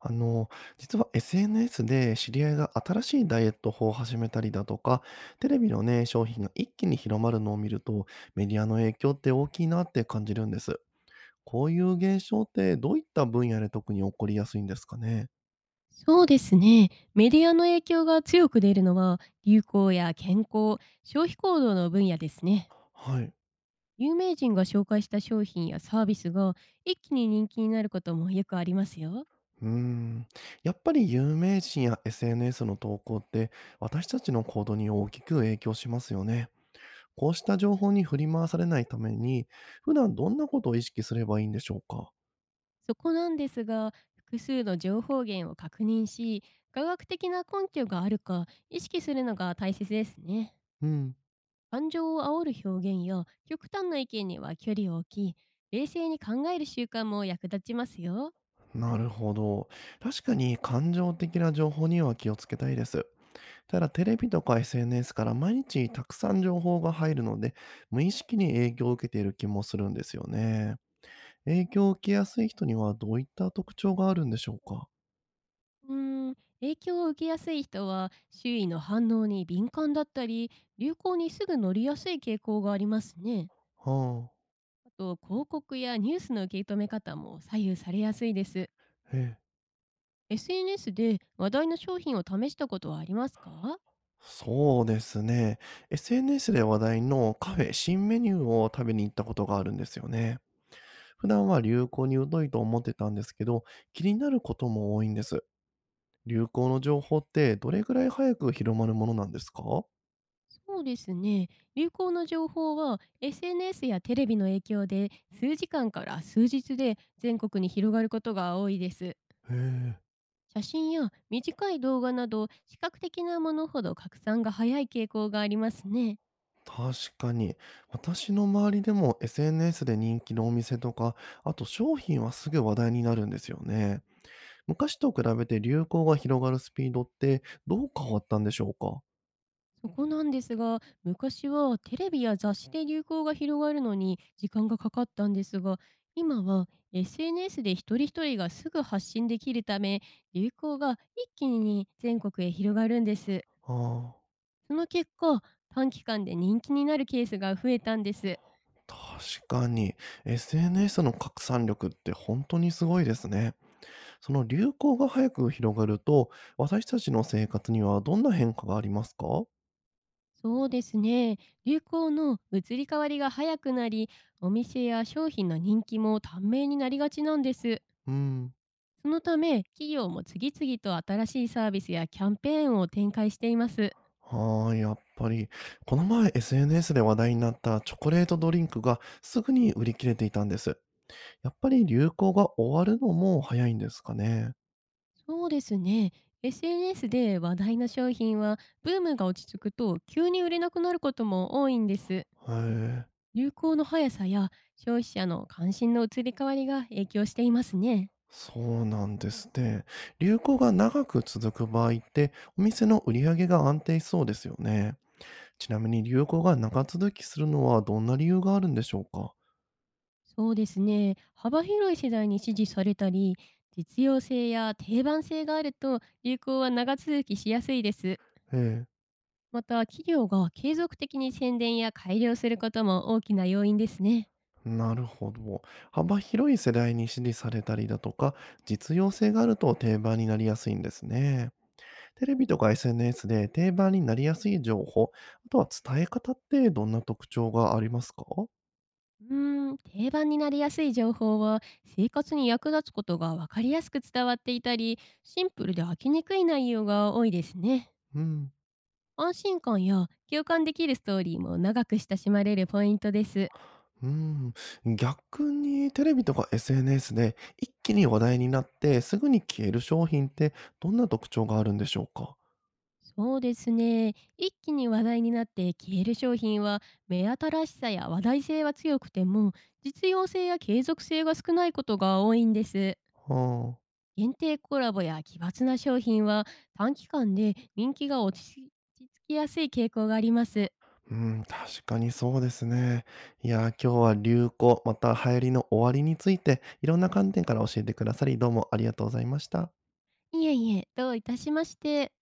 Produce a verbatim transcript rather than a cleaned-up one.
あの、実は エスエヌエス で知り合いが新しいダイエット法を始めたりだとか、テレビのね、商品が一気に広まるのを見ると、メディアの影響って大きいなって感じるんです。こういう現象ってどういった分野で特に起こりやすいんですかね？そうですね。メディアの影響が強く出るのは、流行や健康、消費行動の分野ですね。はい。有名人が紹介した商品やサービスが一気に人気になることもよくありますよ。うーん。やっぱり有名人や エスエヌエス の投稿って私たちの行動に大きく影響しますよね。こうした情報に振り回されないために、普段どんなことを意識すればいいんでしょうか？そこなんですが、複数の情報源を確認し、科学的な根拠があるか意識するのが大切ですね。うん。感情を煽る表現や極端な意見には距離を置き、冷静に考える習慣も役立ちますよ。なるほど。確かに感情的な情報には気をつけたいです。ただテレビとか エスエヌエス から毎日たくさん情報が入るので、無意識に影響を受けている気もするんですよね。影響を受けやすい人にはどういった特徴があるんでしょうか？うーん、影響を受けやすい人は周囲の反応に敏感だったり、流行にすぐ乗りやすい傾向がありますね。はあ、あと、広告やニュースの受け止め方も左右されやすいです。ええ。エスエヌエス で話題の商品を試したことはありますか？そうですね。エスエヌエス で話題のカフェ新メニューを食べに行ったことがあるんですよね。普段は流行に疎いと思ってたんですけど、気になることも多いんです。流行の情報ってどれぐらい早く広まるものなんですか？そうですね。流行の情報は エスエヌエス やテレビの影響で、数時間から数日で全国に広がることが多いです。へえ、写真や短い動画など視覚的なものほど拡散が早い傾向がありますね。確かに。私の周りでも エスエヌエス で人気のお店とか、あと商品はすぐ話題になるんですよね。昔と比べて流行が広がるスピードってどう変わったんでしょうか？そこなんですが、昔はテレビや雑誌で流行が広がるのに時間がかかったんですが、今は エスエヌエス でひとりひとりがすぐ発信できるため、流行が一気に全国へ広がるんです。ああ、その結果、短期間で人気になるケースが増えたんです。確かに。エスエヌエス の拡散力って本当にすごいですね。その流行が早く広がると、私たちの生活にはどんな変化がありますか？そうですね。流行の移り変わりが早くなり、お店や商品の人気も短命になりがちなんです。うん。そのため、企業も次々と新しいサービスやキャンペーンを展開しています。はい、やっぱり。この前 エスエヌエス で話題になったチョコレートドリンクがすぐに売り切れていたんです。やっぱり流行が終わるのも早いんですかね。そうですね。エスエヌエス で話題の商品は、ブームが落ち着くと急に売れなくなることも多いんです。へえ、流行の速さや消費者の関心の移り変わりが影響していますね。そうなんですね。流行が長く続く場合って、お店の売り上げが安定しそうですよね。ちなみに流行が長続きするのはどんな理由があるんでしょうか。そうですね。幅広い世代に支持されたり、実用性や定番性があると流行は長続きしやすいです。ええ。また、企業が継続的に宣伝や改良することも大きな要因ですね。なるほど。幅広い世代に支持されたりだとか、実用性があると定番になりやすいんですね。テレビとか エスエヌエス で定番になりやすい情報、あとは伝え方ってどんな特徴がありますか？うーん、定番になりやすい情報は、生活に役立つことが分かりやすく伝わっていたり、シンプルで飽きにくい内容が多いですね。うん。安心感や共感できるストーリーも長く親しまれるポイントです。うん。逆にテレビとか エスエヌエス で一気に話題になってすぐに消える商品ってどんな特徴があるんでしょうか？そうですね。一気に話題になって消える商品は、目新しさや話題性は強くても実用性や継続性が少ないことが多いんです。はあ。限定コラボや奇抜な商品は短期間で人気が落ち着きやすい傾向があります。うん、確かにそうですね。いやー、今日は流行、また流行りの終わりについていろんな観点から教えてくださり、どうもありがとうございました。いえいえ、どういたしまして。